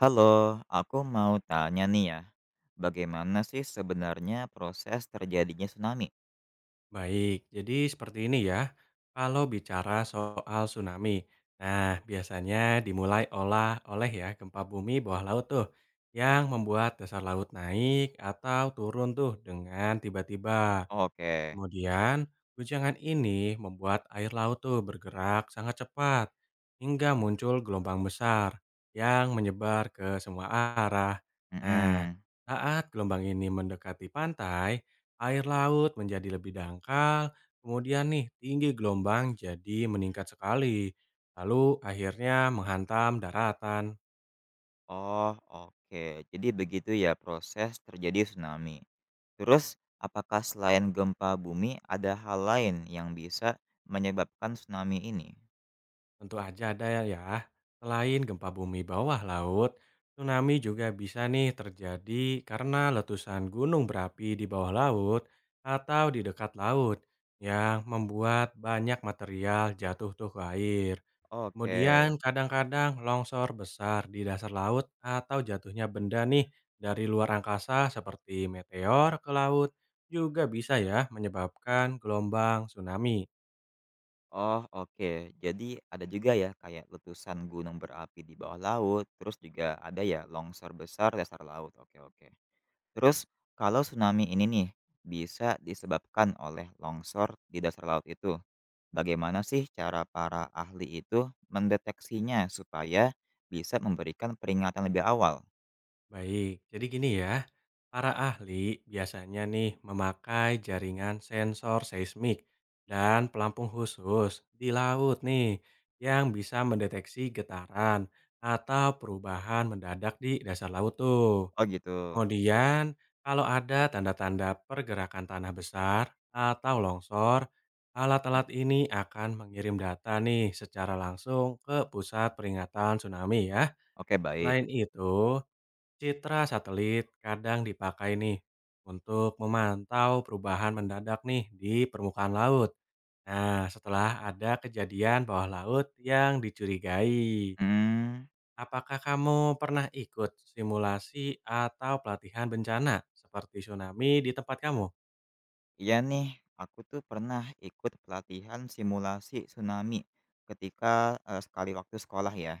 Halo, aku mau tanya nih, ya, bagaimana sih sebenarnya proses terjadinya tsunami? Baik, jadi seperti ini ya. Kalau bicara soal tsunami, nah biasanya dimulai oleh ya gempa bumi bawah laut tuh yang membuat dasar laut naik atau turun tuh dengan tiba-tiba. Oke. Kemudian, guncangan ini membuat air laut tuh bergerak sangat cepat hingga muncul gelombang besar yang menyebar ke semua arah. Nah, Mhm. saat gelombang ini mendekati pantai, air laut menjadi lebih dangkal, kemudian nih tinggi gelombang jadi meningkat sekali, lalu akhirnya menghantam daratan. Oh, oke. Jadi begitu ya proses terjadi tsunami. Terus, apakah selain gempa bumi ada hal lain yang bisa menyebabkan tsunami ini? Tentu aja ada ya. Ya. Selain gempa bumi bawah laut, tsunami juga bisa nih terjadi karena letusan gunung berapi di bawah laut atau di dekat laut yang membuat banyak material jatuh tuh ke air. Oke. Kemudian kadang-kadang longsor besar di dasar laut atau jatuhnya benda nih dari luar angkasa seperti meteor ke laut juga bisa ya menyebabkan gelombang tsunami. Oh, oke. Jadi ada juga ya kayak letusan gunung berapi di bawah laut, terus juga ada ya longsor besar dasar laut. Oke, oke. Terus, kalau tsunami ini nih bisa disebabkan oleh longsor di dasar laut itu, bagaimana sih cara para ahli itu mendeteksinya supaya bisa memberikan peringatan lebih awal? Baik, jadi gini ya, para ahli biasanya nih memakai jaringan sensor seismik dan pelampung khusus di laut nih yang bisa mendeteksi getaran atau perubahan mendadak di dasar laut tuh. Oh gitu. Kemudian, kalau ada tanda-tanda pergerakan tanah besar atau longsor, alat-alat ini akan mengirim data nih secara langsung ke pusat peringatan tsunami ya. Oke, baik. Selain itu, citra satelit kadang dipakai nih untuk memantau perubahan mendadak nih di permukaan laut. Nah, setelah ada kejadian bawah laut yang dicurigai, Hmm, apakah kamu pernah ikut simulasi atau pelatihan bencana seperti tsunami di tempat kamu? iya nih, aku tuh pernah ikut pelatihan simulasi tsunami ketika, sekali waktu sekolah ya.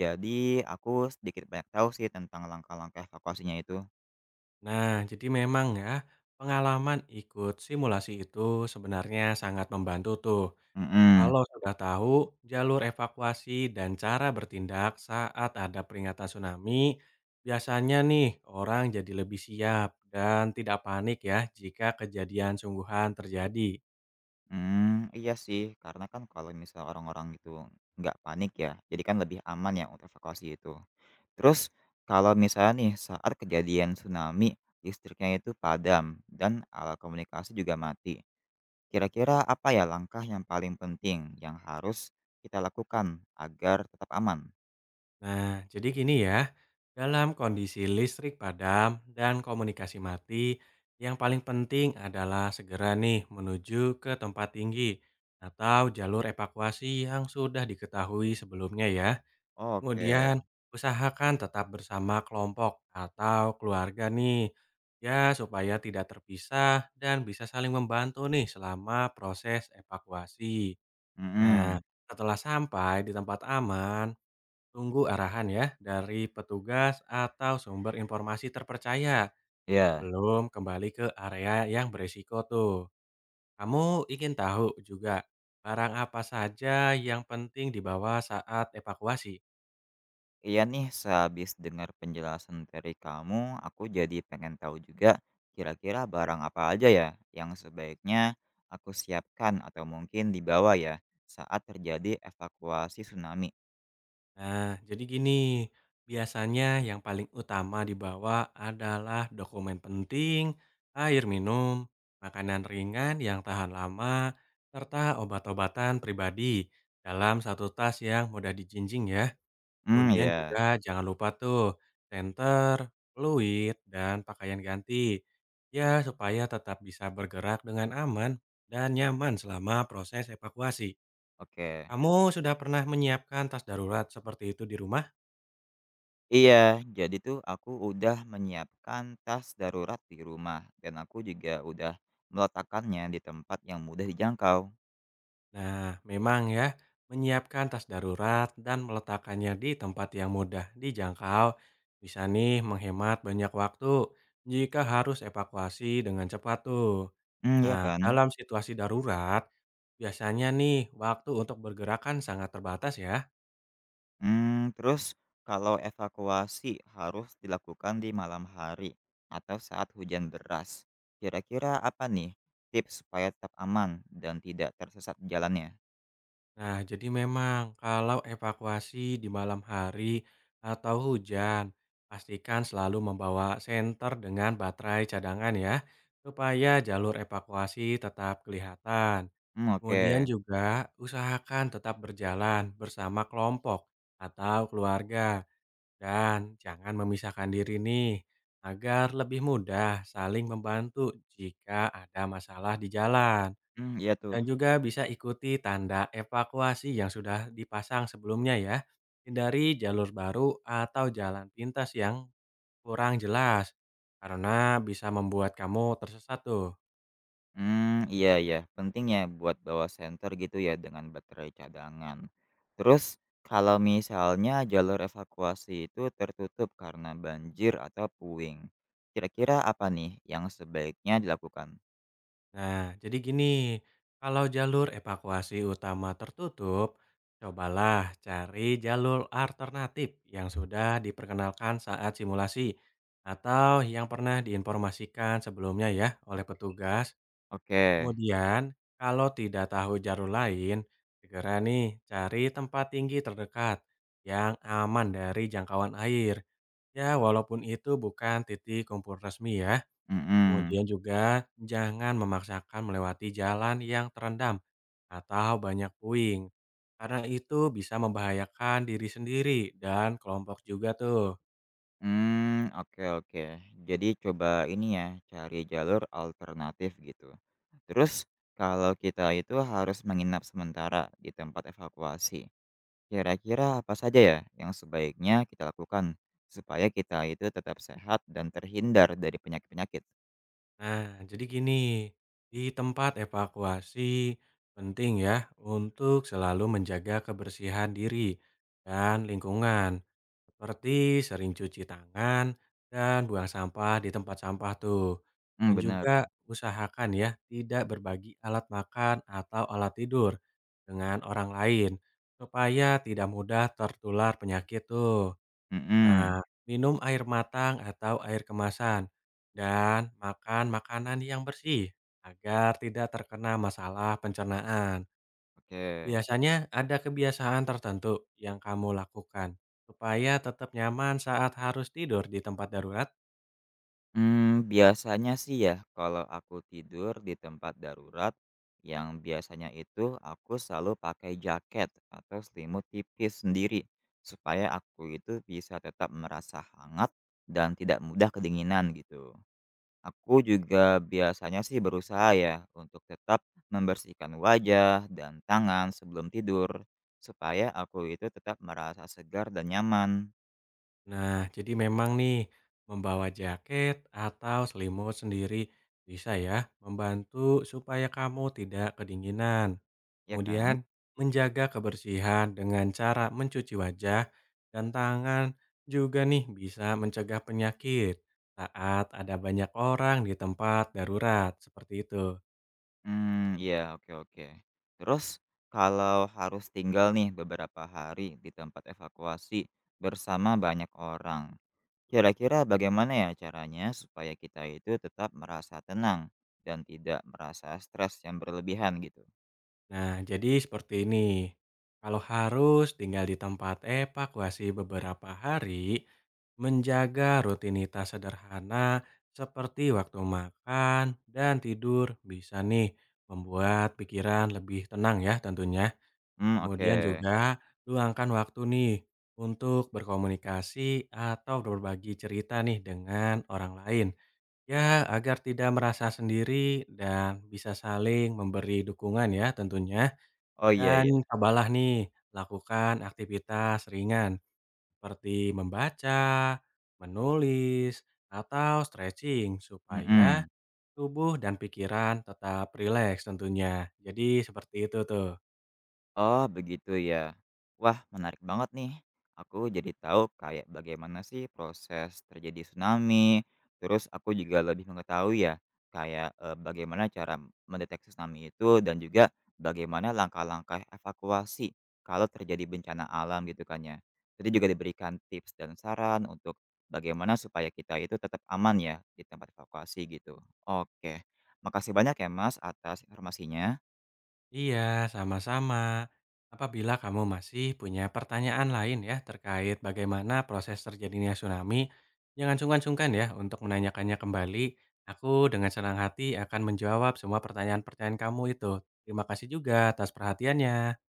Jadi aku sedikit banyak tahu sih tentang langkah-langkah evakuasinya itu. Nah, jadi memang ya, pengalaman ikut simulasi itu sebenarnya sangat membantu tuh. Mhm. Kalau sudah tahu jalur evakuasi dan cara bertindak saat ada peringatan tsunami, biasanya nih orang jadi lebih siap dan tidak panik ya jika kejadian sungguhan terjadi. Hmm, iya sih, karena kan kalau misal orang-orang itu nggak panik ya, jadi kan lebih aman ya untuk evakuasi itu. Terus, kalau misalnya nih saat kejadian tsunami listriknya itu padam dan alat komunikasi juga mati, kira-kira apa ya langkah yang paling penting yang harus kita lakukan agar tetap aman? Nah, jadi gini ya, dalam kondisi listrik padam dan komunikasi mati, yang paling penting adalah segera nih menuju ke tempat tinggi atau jalur evakuasi yang sudah diketahui sebelumnya ya. Oke. Kemudian usahakan tetap bersama kelompok atau keluarga nih, ya supaya tidak terpisah dan bisa saling membantu nih selama proses evakuasi. Nah, Mhm. setelah sampai di tempat aman, tunggu arahan ya dari petugas atau sumber informasi terpercaya Iya. sebelum kembali ke area yang berisiko tuh. Kamu ingin tahu juga barang apa saja yang penting dibawa saat evakuasi? Iya nih, sehabis dengar penjelasan dari kamu, aku jadi pengen tahu juga kira-kira barang apa aja ya yang sebaiknya aku siapkan atau mungkin dibawa ya saat terjadi evakuasi tsunami. Nah, jadi gini, biasanya yang paling utama dibawa adalah dokumen penting, air minum, makanan ringan yang tahan lama, serta obat-obatan pribadi dalam satu tas yang mudah dijinjing ya. Hmm, Kemudian ya. juga jangan lupa tuh senter, fluid, dan pakaian ganti. Ya, supaya tetap bisa bergerak dengan aman dan nyaman selama proses evakuasi. Oke. Kamu sudah pernah menyiapkan tas darurat seperti itu di rumah? Iya, jadi tuh aku udah menyiapkan tas darurat di rumah dan aku juga udah meletakkannya di tempat yang mudah dijangkau. Nah, memang ya, menyiapkan tas darurat dan meletakkannya di tempat yang mudah dijangkau bisa nih menghemat banyak waktu jika harus evakuasi dengan cepat tuh. Hmm, iya Nah, kan? dalam situasi darurat, biasanya nih waktu untuk bergerakan sangat terbatas ya. Mmm, terus, kalau evakuasi harus dilakukan di malam hari atau saat hujan deras, kira-kira apa nih tips supaya tetap aman dan tidak tersesat di jalannya? Nah, jadi memang kalau evakuasi di malam hari atau hujan, pastikan selalu membawa senter dengan baterai cadangan ya, supaya jalur evakuasi tetap kelihatan. Mmm, oke. Kemudian juga usahakan tetap berjalan bersama kelompok atau keluarga dan jangan memisahkan diri nih agar lebih mudah saling membantu jika ada masalah di jalan. Mmm, iya tuh. Dan juga bisa ikuti tanda evakuasi yang sudah dipasang sebelumnya ya. Hindari jalur baru atau jalan pintas yang kurang jelas, karena bisa membuat kamu tersesat tuh. Mmm, iya iya, penting ya buat bawa senter gitu ya dengan baterai cadangan. Terus, kalau misalnya jalur evakuasi itu tertutup karena banjir atau puing, kira-kira apa nih yang sebaiknya dilakukan? Nah, jadi gini, kalau jalur evakuasi utama tertutup, cobalah cari jalur alternatif yang sudah diperkenalkan saat simulasi atau yang pernah diinformasikan sebelumnya ya oleh petugas. Oke. Kemudian, kalau tidak tahu jalur lain, segera nih cari tempat tinggi terdekat yang aman dari jangkauan air. Ya, walaupun itu bukan titik kumpul resmi ya. Mhm. Kemudian juga jangan memaksakan melewati jalan yang terendam atau banyak puing, karena itu bisa membahayakan diri sendiri dan kelompok juga tuh. Hmm, oke oke. Jadi coba ini ya, cari jalur alternatif gitu. Terus, kalau kita itu harus menginap sementara di tempat evakuasi, kira-kira apa saja ya yang sebaiknya kita lakukan supaya kita itu tetap sehat dan terhindar dari penyakit-penyakit? Nah, jadi gini, di tempat evakuasi penting ya untuk selalu menjaga kebersihan diri dan lingkungan, seperti sering cuci tangan dan buang sampah di tempat sampah tuh. Dan Hmm, benar. juga usahakan ya tidak berbagi alat makan atau alat tidur dengan orang lain supaya tidak mudah tertular penyakit tuh. Hmm, Nah, minum air matang atau air kemasan, dan makan makanan yang bersih agar tidak terkena masalah pencernaan. oke. Biasanya ada kebiasaan tertentu yang kamu lakukan supaya tetap nyaman saat harus tidur di tempat darurat. Mmm, biasanya sih ya kalau aku tidur di tempat darurat, yang biasanya itu aku selalu pakai jaket atau selimut tipis sendiri, supaya aku itu bisa tetap merasa hangat dan tidak mudah kedinginan gitu. Aku juga biasanya sih berusaha ya untuk tetap membersihkan wajah dan tangan sebelum tidur, supaya aku itu tetap merasa segar dan nyaman, Nah, jadi memang nih, membawa jaket atau selimut sendiri bisa ya membantu supaya kamu tidak kedinginan. ya Kemudian, kan? menjaga kebersihan dengan cara mencuci wajah dan tangan juga nih bisa mencegah penyakit saat ada banyak orang di tempat darurat seperti itu. Hmm, iya, oke oke. Terus, kalau harus tinggal nih beberapa hari di tempat evakuasi bersama banyak orang, kira-kira bagaimana ya caranya supaya kita itu tetap merasa tenang dan tidak merasa stres yang berlebihan gitu? Nah, jadi seperti ini. Kalau harus tinggal di tempat evakuasi beberapa hari, menjaga rutinitas sederhana seperti waktu makan dan tidur bisa nih membuat pikiran lebih tenang ya tentunya. Hmm, oke. Kemudian juga luangkan waktu nih untuk berkomunikasi atau berbagi cerita nih dengan orang lain. Ya, agar tidak merasa sendiri dan bisa saling memberi dukungan ya tentunya. Oh, iya iya. Dan cobalah nih, lakukan aktivitas ringan seperti membaca, menulis, atau stretching supaya Mhm. tubuh dan pikiran tetap rileks tentunya. Jadi seperti itu tuh. Oh, begitu ya. Wah, menarik banget nih. Aku jadi tahu kayak bagaimana sih proses terjadi tsunami. Terus aku juga lebih mengetahui ya, kayak bagaimana cara mendeteksi tsunami itu dan juga bagaimana langkah-langkah evakuasi kalau terjadi bencana alam gitu kan ya. Jadi juga diberikan tips dan saran untuk bagaimana supaya kita itu tetap aman ya di tempat evakuasi gitu. Oke, makasih banyak ya Mas atas informasinya. Iya, sama-sama. Apabila kamu masih punya pertanyaan lain ya terkait bagaimana proses terjadinya tsunami, jangan sungkan-sungkan ya untuk menanyakannya kembali. Aku dengan senang hati akan menjawab semua pertanyaan-pertanyaan kamu itu. Terima kasih juga atas perhatiannya.